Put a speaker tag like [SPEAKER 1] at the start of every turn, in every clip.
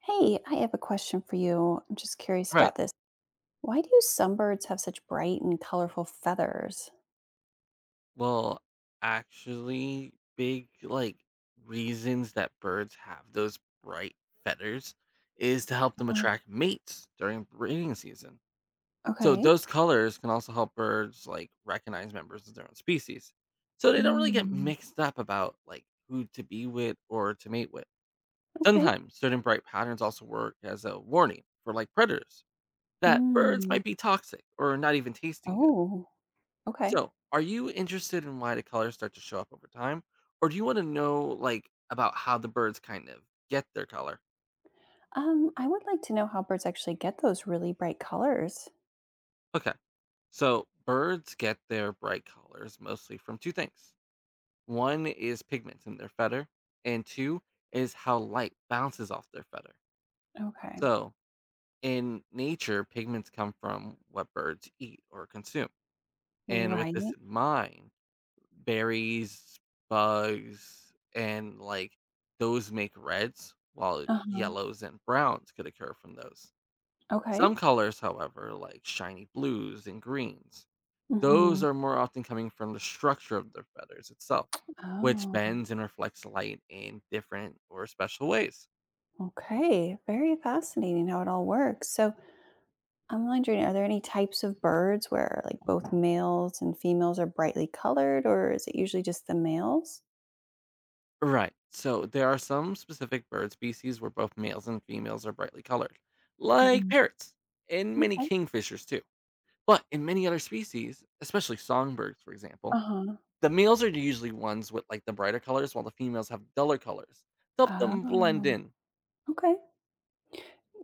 [SPEAKER 1] Hey, I have a question for you. I'm just curious about
[SPEAKER 2] Right.
[SPEAKER 1] this. Why do some birds have such bright and colorful feathers?
[SPEAKER 2] Well, actually, big like reasons that birds have those bright feathers is to help them
[SPEAKER 1] Uh,
[SPEAKER 2] attract mates during breeding season. So
[SPEAKER 1] Okay.
[SPEAKER 2] those colors can also help birds like recognize members of their own species. So they don't really get
[SPEAKER 1] Mm,
[SPEAKER 2] mixed up about like who to be with or to mate with.
[SPEAKER 1] okay.
[SPEAKER 2] Sometimes certain bright patterns also work as a warning for like predators that birds
[SPEAKER 1] Mm.
[SPEAKER 2] might be toxic or not even tasting good.
[SPEAKER 1] Oh, okay.
[SPEAKER 2] So, are you interested in why the colors start to show up over time, or do you want to know like about how the birds kind of get their color?
[SPEAKER 1] I would like to know how birds actually get those really bright colors.
[SPEAKER 2] Okay, so birds get their bright colors mostly from two things. One is pigments in their feather, and two is how light bounces off their feather.
[SPEAKER 1] Okay.
[SPEAKER 2] So, in nature, pigments come from what birds eat or consume. And with this
[SPEAKER 1] Right.
[SPEAKER 2] in mind, berries, bugs, and like those make reds, while
[SPEAKER 1] Uh-huh.
[SPEAKER 2] yellows and browns could occur from those.
[SPEAKER 1] Okay.
[SPEAKER 2] Some colors, however, like shiny blues and greens, those
[SPEAKER 1] Hmm.
[SPEAKER 2] are more often coming from the structure of their feathers itself, which
[SPEAKER 1] Oh,
[SPEAKER 2] bends and reflects light in different or special ways.
[SPEAKER 1] okay. Very fascinating how it all works. I'm wondering, are there any types of birds where like both males and females are brightly colored, or is it usually just the males?
[SPEAKER 2] Right. So there are some specific bird species where both males and females are brightly colored, like
[SPEAKER 1] Hmm.
[SPEAKER 2] parrots and many
[SPEAKER 1] Okay.
[SPEAKER 2] kingfishers too. But in many other species, especially songbirds, for example,
[SPEAKER 1] Uh-huh.
[SPEAKER 2] the males are usually ones with like the brighter colors, while the females have duller colors to help them blend
[SPEAKER 1] Um,
[SPEAKER 2] in.
[SPEAKER 1] okay.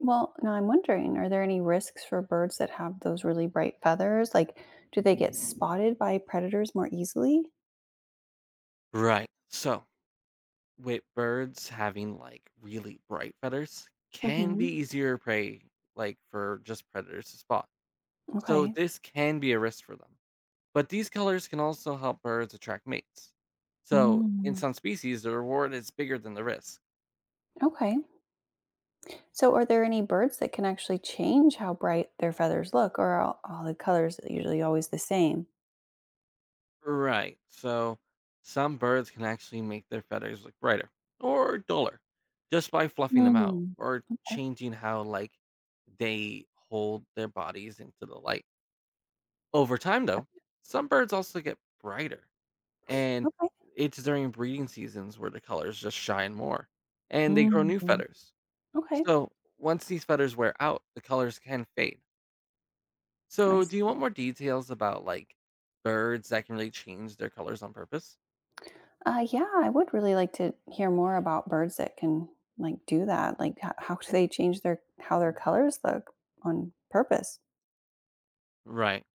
[SPEAKER 1] Well, now I'm wondering, are there any risks for birds that have those really bright feathers? Like, do they get spotted by predators more easily?
[SPEAKER 2] Right. So, with birds having like really bright feathers, can be
[SPEAKER 1] Hmm.
[SPEAKER 2] easier prey, like for just predators to spot. So,
[SPEAKER 1] Okay.
[SPEAKER 2] this can be a risk for them. But these colors can also help birds attract mates. So, in
[SPEAKER 1] Mm.
[SPEAKER 2] some species, the reward is bigger than the risk.
[SPEAKER 1] Okay. So, are there any birds that can actually change how bright their feathers look, or are all the colors usually always the same?
[SPEAKER 2] Right. So some birds can actually make their feathers look brighter or duller just by fluffing them out
[SPEAKER 1] Mm.
[SPEAKER 2] or
[SPEAKER 1] Okay.
[SPEAKER 2] changing how like they hold their bodies into the light. Over time though, some birds also get brighter and
[SPEAKER 1] Okay.
[SPEAKER 2] it's during breeding seasons where the colors just shine more and they grow
[SPEAKER 1] Mm,
[SPEAKER 2] new feathers.
[SPEAKER 1] okay.
[SPEAKER 2] So once these feathers wear out, the colors can fade.
[SPEAKER 1] I
[SPEAKER 2] So do you
[SPEAKER 1] see.
[SPEAKER 2] want more details about like birds that can really change their colors on purpose?
[SPEAKER 1] Yeah, I would really like to hear more about birds that can like do that. Like, how do they change their how their colors look on purpose?
[SPEAKER 2] Right.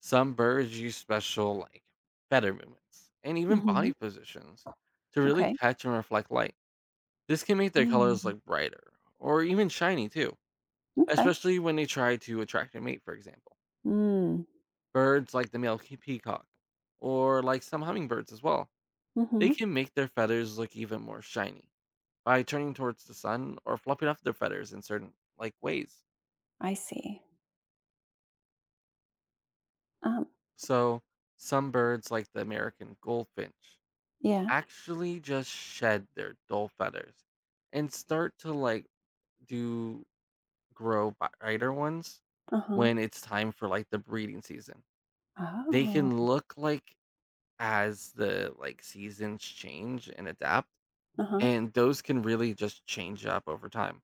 [SPEAKER 2] Some birds use special, like, feather movements and even
[SPEAKER 1] Hmm.
[SPEAKER 2] body positions to really
[SPEAKER 1] Okay.
[SPEAKER 2] catch and reflect light. This can make their colors
[SPEAKER 1] Mm.
[SPEAKER 2] look brighter or even shiny too,
[SPEAKER 1] Okay.
[SPEAKER 2] especially when they try to attract a mate, for example.
[SPEAKER 1] Mm.
[SPEAKER 2] Birds like the male peacock or like some hummingbirds as well, they
[SPEAKER 1] Hmm.
[SPEAKER 2] can make their feathers look even more shiny by turning towards the sun or fluffing up their feathers in certain like ways.
[SPEAKER 1] I see. Um.
[SPEAKER 2] So, some birds like the American goldfinch
[SPEAKER 1] Yeah.
[SPEAKER 2] actually just shed their dull feathers and start to like do grow brighter ones
[SPEAKER 1] Uh huh.
[SPEAKER 2] when it's time for like the breeding season. They can
[SPEAKER 1] Oh.
[SPEAKER 2] look like as the like seasons change and adapt,
[SPEAKER 1] Uh huh.
[SPEAKER 2] and those can really just change up over time.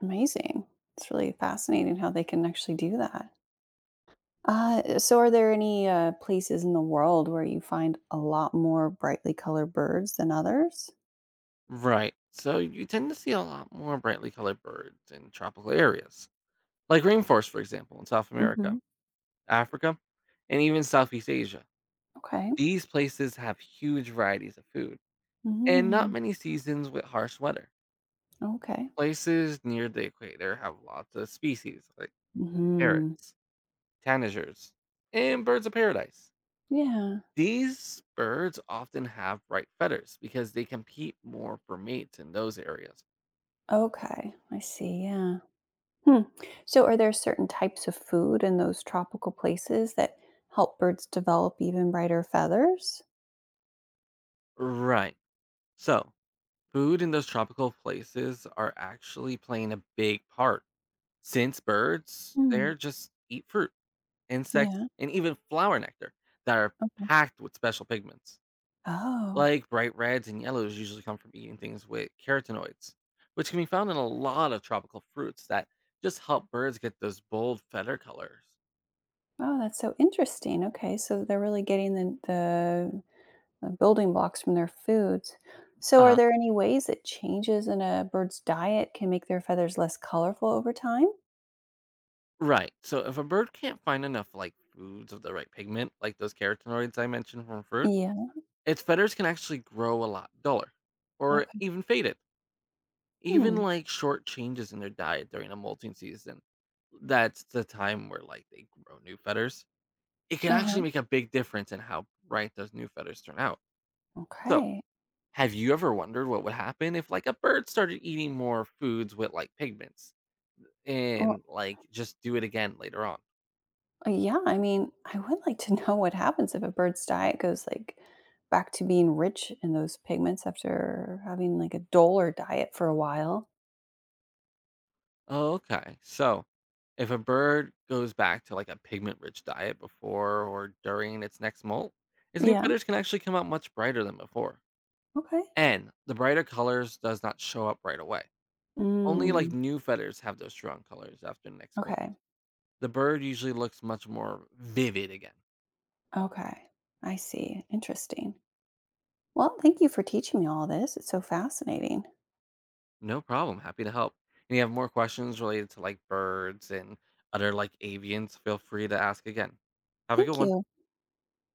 [SPEAKER 1] Amazing. It's really fascinating how they can actually do that. So, are there any places in the world where you find a lot more brightly colored birds than others?
[SPEAKER 2] Right. So you tend to see a lot more brightly colored birds in tropical areas, like rainforest, for example, in South America,
[SPEAKER 1] Mhm.
[SPEAKER 2] Africa, and even Southeast Asia.
[SPEAKER 1] Okay.
[SPEAKER 2] These places have huge varieties of food and not
[SPEAKER 1] Mm.
[SPEAKER 2] many seasons with harsh weather.
[SPEAKER 1] Okay.
[SPEAKER 2] Places near the equator have lots of species like
[SPEAKER 1] Mhm.
[SPEAKER 2] parrots, tanagers, and birds of paradise.
[SPEAKER 1] Yeah.
[SPEAKER 2] These birds often have bright feathers because they compete more for mates in those areas.
[SPEAKER 1] Okay. I see. Yeah. Hmm. So, are there certain types of food in those tropical places that help birds develop even brighter feathers?
[SPEAKER 2] Right. So, food in those tropical places are actually playing a big part since birds
[SPEAKER 1] Mm.
[SPEAKER 2] there just eat fruit, insects,
[SPEAKER 1] Yeah.
[SPEAKER 2] and even flower nectar that are
[SPEAKER 1] Okay.
[SPEAKER 2] packed with special pigments.
[SPEAKER 1] Oh.
[SPEAKER 2] Like bright reds and yellows usually come from eating things with carotenoids, which can be found in a lot of tropical fruits that just help birds get those bold feather colors.
[SPEAKER 1] Oh, that's so interesting. Okay, so they're really getting the building blocks from their foods. So,
[SPEAKER 2] Uh
[SPEAKER 1] are
[SPEAKER 2] huh.
[SPEAKER 1] there any ways that changes in a bird's diet can make their feathers less colorful over time?
[SPEAKER 2] Right. So if a bird can't find enough like foods of the right pigment, like those carotenoids I mentioned from fruit,
[SPEAKER 1] Yeah.
[SPEAKER 2] its feathers can actually grow a lot duller or
[SPEAKER 1] Okay.
[SPEAKER 2] even faded. Even
[SPEAKER 1] Hmm.
[SPEAKER 2] like short changes in their diet during a molting season, that's the time where like they grow new feathers. It can actually
[SPEAKER 1] Uh-huh.
[SPEAKER 2] make a big difference in how bright those new feathers turn out. So,
[SPEAKER 1] Okay.
[SPEAKER 2] have you ever wondered what would happen if like a bird started eating more foods with like pigments
[SPEAKER 1] Well,
[SPEAKER 2] and like just do it again later on?
[SPEAKER 1] yeah, I mean, I would like to know what happens if a bird's diet goes like back to being rich in those pigments after having like a duller diet for a while.
[SPEAKER 2] Oh, okay. So, if a bird goes back to like a pigment-rich diet before or during its next molt, its new
[SPEAKER 1] Yeah.
[SPEAKER 2] feathers can actually come out much brighter than before.
[SPEAKER 1] Okay.
[SPEAKER 2] And the brighter colors does not show up right away. Only like
[SPEAKER 1] Mm,
[SPEAKER 2] new feathers have those strong colors after the next molt.
[SPEAKER 1] okay.
[SPEAKER 2] The bird usually looks much more vivid again.
[SPEAKER 1] Okay. I see. Interesting. Well, thank you for teaching me all this. It's so fascinating.
[SPEAKER 2] No problem. Happy to help. And you have more questions related to like birds and other like avians, feel free to ask again. Have a good
[SPEAKER 1] Thank
[SPEAKER 2] one.
[SPEAKER 1] you.